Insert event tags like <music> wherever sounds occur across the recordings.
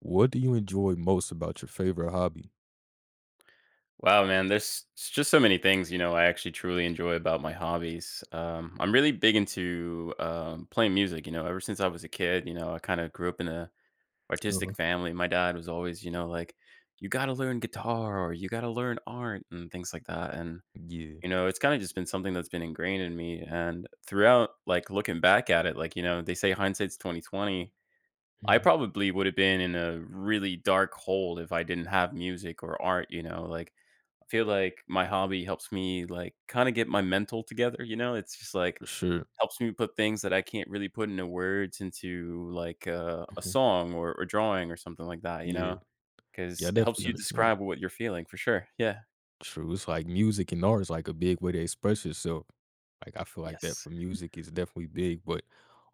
What do you enjoy most about your favorite hobby? Wow, man, there's just so many things I actually truly enjoy about my hobbies. I'm really big into playing music. Ever since I was a kid, I kind of grew up in a Uh-huh. artistic family. My dad was always, like you got to learn guitar or you got to learn art and things like that. And Yeah. It's kind of just been something that's been ingrained in me. And throughout, like looking back at it, like they say hindsight's 2020. I Mhm. probably would have been in a really dark hole if I didn't have music or art, like, I feel like my hobby helps me, like, kinda get my mental together, you know? It's just, like, For sure. helps me put things that I can't really put into words into, like, a Mhm. song or drawing or something like that, Yeah. Yeah, I because it helps definitely you understand. describe what you're feeling for sure. Yeah. True. It's like music and art is like a big way to express yourself. Like I feel like that Yes. for music is definitely big, but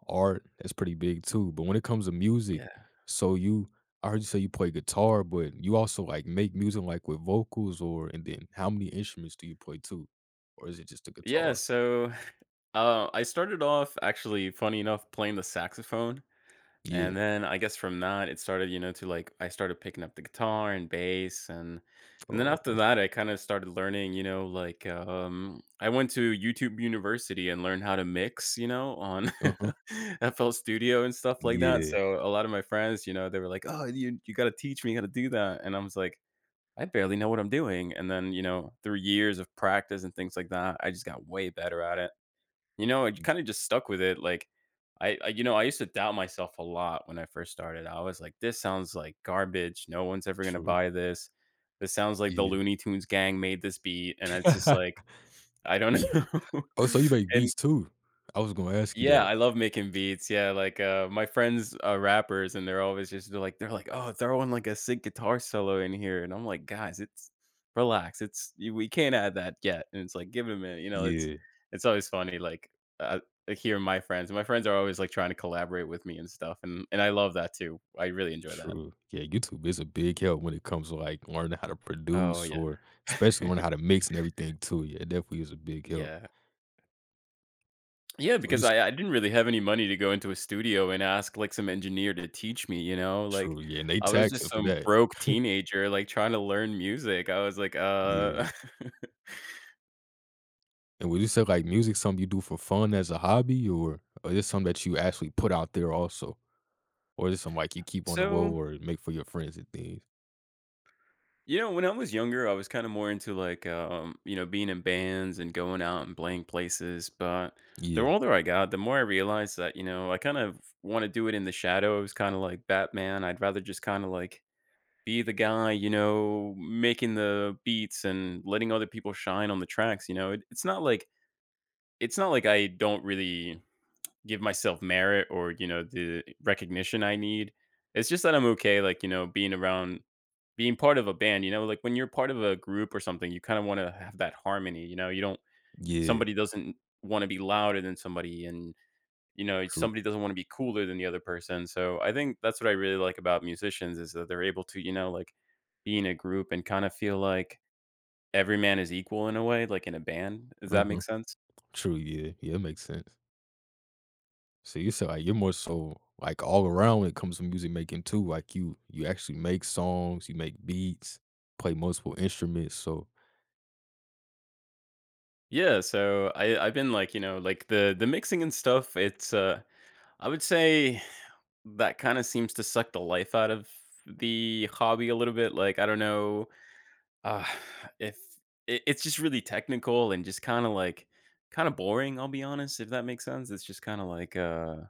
art that's pretty big too. But when it comes to music, Yeah. so you I heard you say you play guitar, but you also like make music like with vocals or and then how many instruments do you play too? Or is it just the Yeah, guitar? so, I started off actually, funny enough, playing the saxophone. Yeah. And then I guess from that it started, to like I started picking up the guitar and bass and then Oh, after okay. that I kind of started learning, like I went to YouTube University and learned how to mix, on Uh-huh. <laughs> FL Studio and stuff like that. Yeah. So a lot of my friends, they were like, "Oh, you got to teach me how to do that." And I was like, "I barely know what I'm doing." And then, through years of practice and things like that, I just got way better at it. It kinda just stuck with it, like, I used to doubt myself a lot when I first started. I was like, "This sounds like garbage, no one's ever gonna True. buy this. This sounds like the Yeah. Looney Tunes gang made this beat," and it's just <laughs> like, I don't know. Oh, so you <laughs> make And beats too? I was gonna ask you yeah, that. I love making beats. Yeah, like, my friends are rappers, and they're always just they're like, "Oh, throwing, like, a sick guitar solo in here," and I'm like, "Guys, it's relax. It's you we can't add that yet," and it's like, "Give it a minute." It's Yeah, it's always funny, like, uh, hearing my friends are always, like, trying to collaborate with me and stuff, and I love that too. I really enjoy that. true. Yeah, YouTube is a big help when it comes to, like, learning how to Oh, produce yeah. or especially learning how <laughs> to mix and everything too. Yeah, it definitely is a big help. Yeah. Yeah, So because just I didn't really have any money to go into a studio and ask, like, some engineer to teach me, you know? Like, True, yeah, and they I was just taxing for some that. broke <laughs> teenager, like, trying to learn music. I was like, Yeah, <laughs> and would you say, like, music something you do for fun as a hobby, or is this something that you actually put out there also? Or is it something, like, you keep on the low So, or make for your friends and things? When I was younger, I was kinda more into, like, being in bands and going out and playing places, but the Yeah, older I got, the more I realized that, I kind of wanna do it in the shadows, kinda like Batman. I'd rather just kinda, like, be the guy, making the beats and letting other people shine on the tracks. It's not like I don't really give myself merit or, the recognition I need. It's just that I'm okay like, being around being part of a band, like when you're part of a group or something, you kind of want to have that harmony, you know. You don't yeah, somebody doesn't want to be louder than somebody and true. somebody doesn't want to be cooler than the other person. So I think that's what I really like about musicians is that they're able to, like, be in a group and kind of feel like every man is equal in a way, like in a band. Does that make Uh-huh. sense? True, yeah. Yeah, it makes sense. So you said like you're more so like all around when it comes to music making too. Like you actually make songs, you make beats, play multiple instruments. So Yeah, so I've been like, like the mixing and stuff, it's I would say that kind of seems to suck the life out of the hobby a little bit, like, I don't know. Uh, if it it's just really technical and just kinda like kinda boring, I'll be honest, if that makes sense. It's just kinda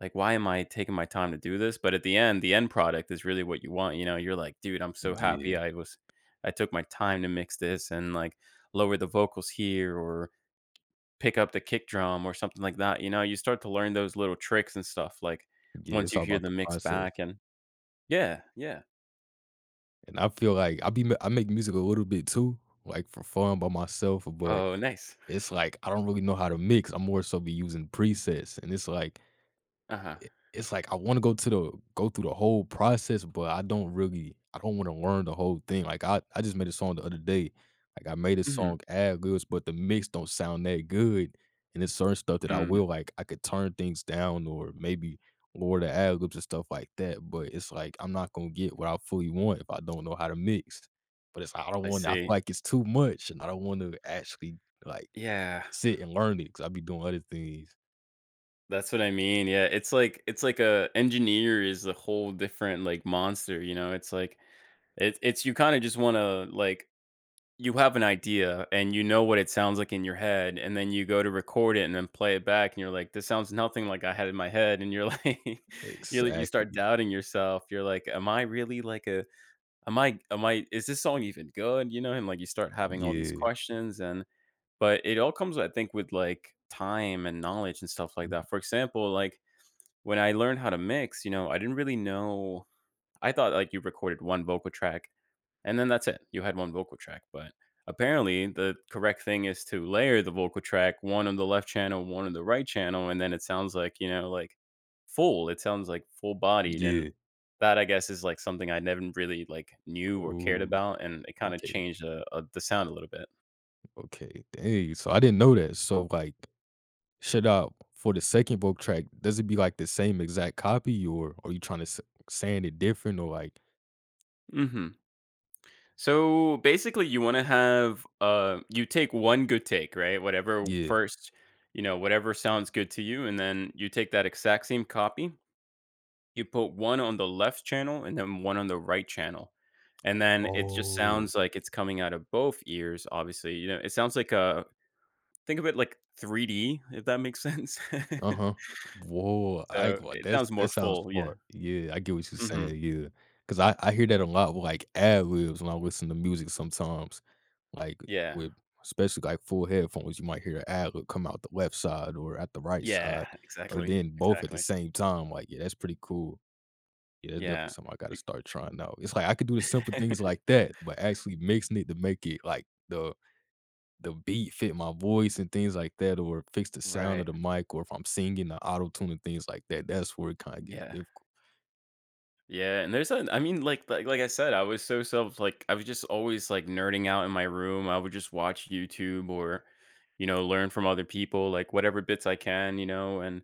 like, "Why am I taking my time to do this?" But the end product is really what you want, you know? You're like, "Dude, I'm so yeah, happy I took my time to mix this and, like, lower the vocals here or pick up the kick drum or something like that," you know? You start to learn those little tricks and stuff, like, yeah, once it's you all hear about the the mix process. back and, yeah, yeah. And I feel like I make music a little bit too, like for fun by myself. But Oh, nice. it's like I don't really know how to mix. I'm more so be using presets, and it's like Uh-huh. it's like I want to go to the go through the whole process, but I don't want to learn the whole thing. Like I just made a song the other day. Like I made a Mhm. song ad libs, but the mix don't sound that good. And it's certain stuff that I Mm. will like I could turn things down or maybe lower the ad libs and stuff like that. But it's like I'm not gonna get what I fully want if I don't know how to mix. But it's like I don't I want I feel see. like it's too much and I don't want to actually like Yeah, sit and learn it because I be doing other things. that's what I mean, yeah, it's like a engineer is a whole different, like, monster, it's like it's you kinda just wanna, like, you have an idea and you know what it sounds like in your head, and then you go to record it and then play it back, and you're like, "This sounds nothing like I had in my head," and you're like. <laughs> You're like, you start Exactly. doubting yourself, you're like, "Am I really like a am I is this song even good?" And, like, you start having all these Yeah. questions and. But it all comes, I think, with like time and knowledge and stuff like Mhm. that. For example, like when I learned how to mix, I didn't really know. I thought like you recorded one vocal track and then that's it. You had one vocal track. But apparently, the correct thing is to layer the vocal track, one on the left channel, one on the right channel. And then it sounds like, like, full. It sounds like full bodied. And Yeah. that, I guess, is like something I never really like knew or cared Oh. about. And it kind of Okay. changed the sound a little bit. Okay. Dang. So I didn't know that. So like, should I for the second vocal track? Does it be like the same exact copy, or are you trying to saying it different, or like, Hmm. So basically, you want to have, you take one good take, right? Whatever yeah? first, whatever sounds good to you, and then you take that exact same copy. You put one on the left channel and then one on the right channel, and then it just Oh. sounds like it's coming out of both ears. Obviously, it sounds like a think of it like 3D, if that makes sense. <laughs> Uh-huh. Whoa, I ain't So gonna it sounds more that sounds full. Yeah. smart. Yeah, I get what you're saying. Hmm. Yeah, because I hear that a lot with, like, ad-libs when I listen to music sometimes, like, Yeah. with especially, like, full headphones, you might hear a ad-lib come out the left side or at the right Yeah. side, or Exactly. then both at the Exactly. same time, like, yeah, that's pretty cool. Yeah, that's definitely Yeah. something I gotta Be- start trying out. It's like I could do the simple things <laughs> like that, but actually mixing it to make it, like, the beat fit my voice and things like that, or fix the sound right. of the mic, or if I'm singing the auto tune and things like that. That's where it kind of gets Yeah, difficult. Yeah, and there's a I mean, like I said, I was just always like nerding out in my room. I would just watch YouTube or, learn from other people like whatever bits I can, and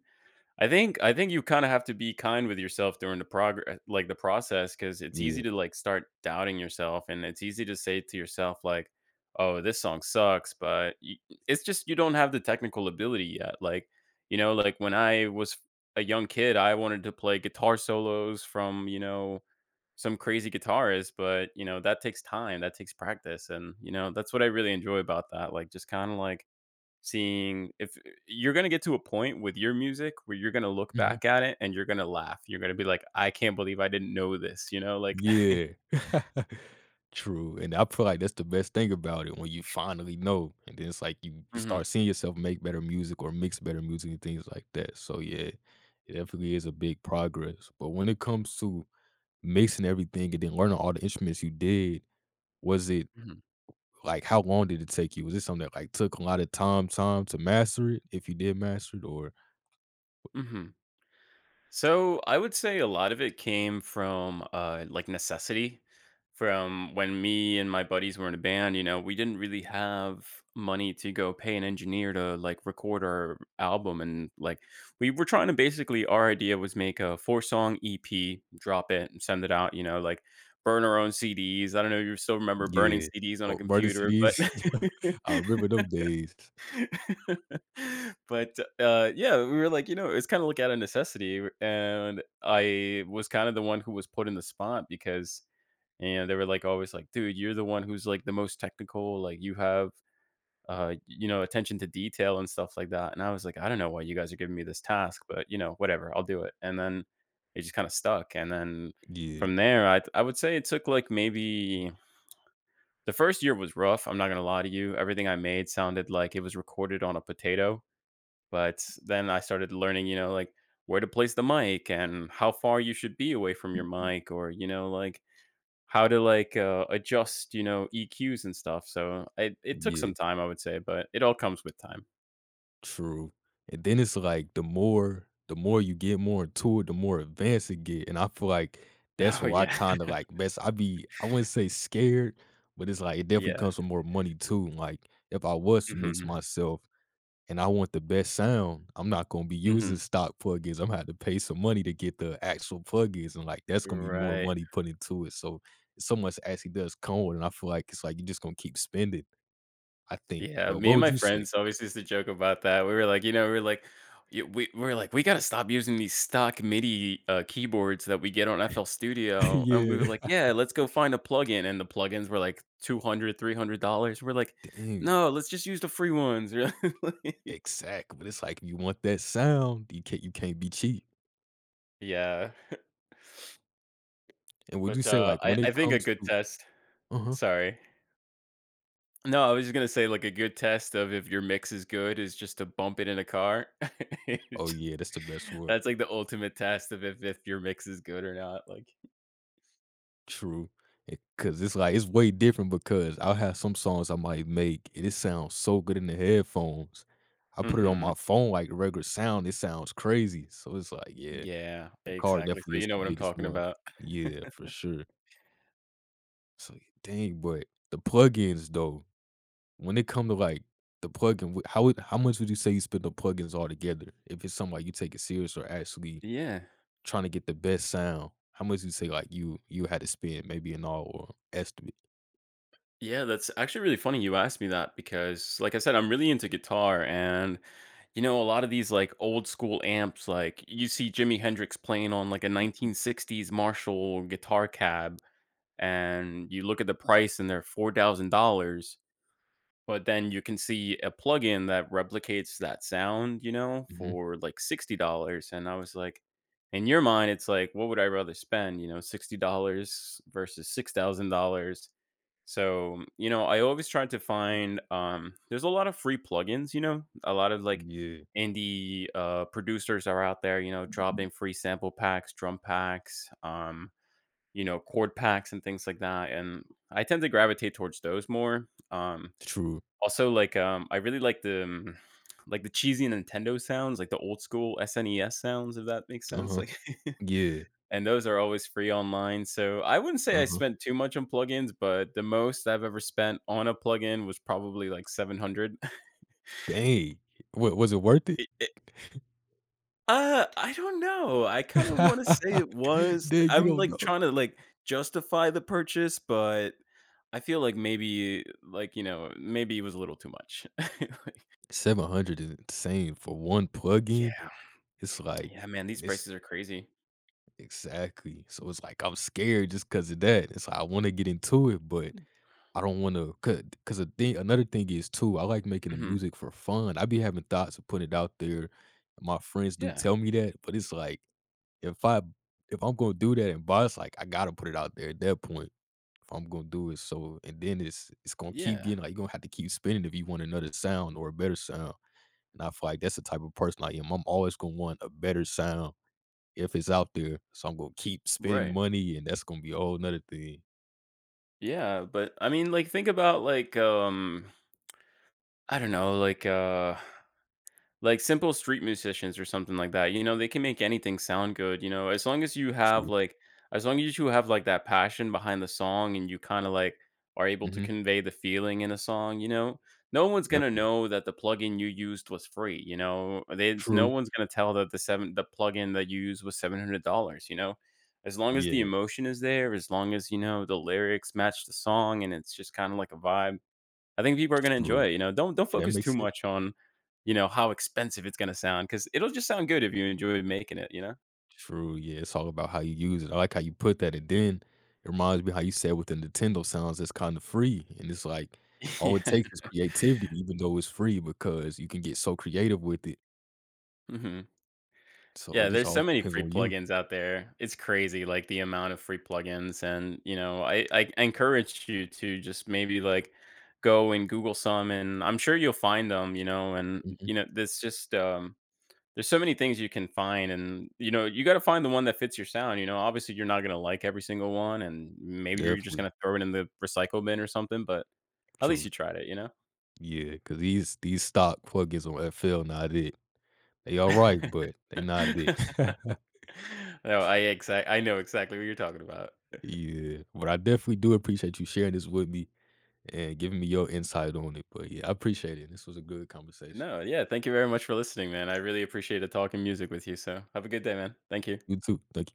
I think you kinda have to be kind with yourself during the process, because it's easy Yeah. to, like, start doubting yourself, and it's easy to say to yourself, like, "Oh, this song sucks," but y it's just you don't have the technical ability yet, like, like, when I was a young kid, I wanted to play guitar solos from, some crazy guitarist, but, that takes time, that takes practice, and, that's what I really enjoy about that, like, just kinda, like, seeing if, you're going to get to a point with your music where you're going to look Mhm. back at it and you're going to laugh. You're going to be like, I can't believe I didn't know this, <laughs> Yeah. <laughs> True. And I feel like that's the best thing about it when you finally know. And then it's like you Mhm, start seeing yourself make better music or mix better music and things like that. So yeah, it definitely is a big progress. But when it comes to mixing everything and then learning all the instruments you did, was it mhm, like, how long did it take you? Was it something that, like, took a lot of time to master it, if you did master it, or mhm. So I would say a lot of it came from, like, necessity. From when me and my buddies were in a band, we didn't really have money to go pay an engineer to like record our album, and like, we were trying to basically our idea was make a four song EP, drop it, and send it out. Like burn our own CDs. I don't know if you still remember burning yeah. CDs on a Oh, burning computer, but CDs. <laughs> I <laughs> remember them days. <laughs> but yeah, we were like, it's kind of like out of necessity, and I was kind of the one who was put in the spot because, and they were like always like, dude, you're the one who's like the most technical, like you have, attention to detail and stuff like that. And I was like, I don't know why you guys are giving me this task, but whatever, I'll do it. And then it just kind of stuck, and then Yeah, from there, I would say it took like maybe the first year was rough. I'm not gonna lie to you. Everything I made sounded like it was recorded on a potato, but then I started learning, you know, like where to place the mic and how far you should be away from your mic or, you know, like how to adjust, you know, EQs and stuff. So it took yeah, some time, I would say, but it all comes with time. true. And then it's like the more you get more into it, the more advanced it get, and I feel like that's <laughs> Oh, where I yeah. kinda, <laughs> like, best I be I wouldn't say scared, but it's like it definitely Yeah. comes with more money too, like, if I was to mix hmm myself and I want the best sound, I'm not gonna be hmm using stock plugins. I'm gonna have to pay some money to get the actual plugins, and like that's gonna be more Right. money put into it. So much actually does come with it, and I feel like it's like you're just gonna keep spending. I think. Yeah, Well, me what and would my you say? friends always used to joke about that. We were like, you know, we were like, y- We were like, we gotta stop using these stock MIDI keyboards that we get on FL <laughs> Studio, and we were Yeah, like, yeah, let's go find a plugin, and the plugins were like 200, $300. We're like, dang, no, let's just use the free ones. <laughs> exactly. But it's like if you want that sound, you can't be cheap. yeah, And <laughs> would you but say uh, like I when I it think a comes good to? test. Uh huh. Sorry. No, I was just gonna say like a good test of if your mix is good is just to bump it in a car. <laughs> Oh yeah, that's the best word. That's like the ultimate test of if your mix is good or not, like. True. Cause it's like it's way different because I'll have some songs I might make and it sounds so good in the headphones. I put it on Mhm. my phone like regular sound, it sounds crazy. So it's like, yeah, Yeah, the car exactly, definitely so you is know the what I'm biggest talking one. about. Yeah, for <laughs> sure. So yeah, dang, but the plugins though, when it come to like the plugin, how much would you say you spend on plugins altogether? If it's something like you take it serious or actually Yeah. trying to get the best sound, how much you say like you had to spend maybe in all or estimate? Yeah, that's actually really funny you asked me that because, like I said, I'm really into guitar and, you know, a lot of these, like, old school amps, like, you see Jimi Hendrix playing on, like, a 1960s Marshall guitar cab, and you look at the price and they're $4,000. But then you can see a plugin that replicates that sound, you know, for like $60. And I was like, in your mind, it's like, what would I rather spend, you know, $60 versus $6,000? So, you know, I always try to find there's a lot of free plugins, you know, a lot of like Yeah. indie producers are out there, you know, dropping free sample packs, drum packs, you know, chord packs and things like that. And I tend to gravitate towards those more. True. Also, I really like the cheesy Nintendo sounds, like the old school SNES sounds, if that makes sense, Uh-huh. like. <laughs> Yeah. And those are always free online, so I wouldn't say I Uh-huh. spent too much on plugins, but the most I've ever spent on a plugin was probably, like, 700. <laughs> Dang. What was it worth it? It I don't know, I kinda wanna say it <laughs> was Dang, you I'm, don't like, know. trying to, like, justify the purchase, but I feel like maybe, like, you know, maybe it was a little too much. <laughs> 700 is insane for one plugin. Yeah. It's like Yeah, man, these and it's prices are crazy. Exactly. So it's like I'm scared just because of that. It's like I wanna get into it, but I don't wanna cause the thing, another thing is too, I like making the Mhm. music for fun. I be having thoughts of putting it out there. My friends do Yeah. tell me that, but it's like, if I if I'm gonna do that and buy it's like, I gotta put it out there at that point if I'm gonna do it. So and then it's gonna keep Yeah. getting like, you're gonna have to keep spinning if you want another sound or a better sound, and I feel like that's the type of person I am. I'm always gonna want a better sound if it's out there, so I'm gonna keep spending Right. money, and that's gonna be a whole 'nother thing. Yeah, but I mean, like, think about I don't know. Like simple street musicians or something like that, you know, they can make anything sound good, you know, as long as you have True. As long as you have like that passion behind the song and you kind of like are able to Mhm. convey the feeling in a song, you know, no one's gonna Definitely. know that the plugin you used was free, you know. No True. one's gonna tell that the plugin that you used was $700, you know. As long as the Yeah, emotion is there, as long as you know the lyrics match the song and it's just kind of like a vibe, I think people are gonna true. enjoy it, you know? Don't Yeah, that focus too makes it much on, you know, how expensive it's gonna sound because 'cause it'll just sound good if you enjoy making it, you know? true, yeah, it's all about how you use it. I like how you put that, and then it reminds me how you said with the Nintendo sounds, it's kinda free, and it's like, <laughs> all it Yeah. takes is creativity even though it's free because you can get so creative with it, Mhm. so Yeah, it just there's so all many depends free on you. plugins out there. It's crazy, like, the amount of free plugins, and, you know, I encourage you to just maybe, like, go and Google some, and I'm sure you'll find them, you know, and, Mhm. you know, there's so many things you can find and, you know, you gotta find the one that fits your sound, you know? Obviously, you're not gonna like every single one, and maybe you're just Definitely. gonna throw it in the recycle bin or something, but at least True. you tried it, you know? Yeah, because these stock plugins on FL not it. They alright, but they not it. <laughs> <laughs> No, I know exactly what you're talking about. Yeah, but I definitely do appreciate you sharing this with me and giving me your insight on it. But yeah, I appreciate it. This was a good conversation. No, yeah, thank you very much for listening, man. I really appreciated talking music with you, so have a good day, man. Thank you. You too. Thank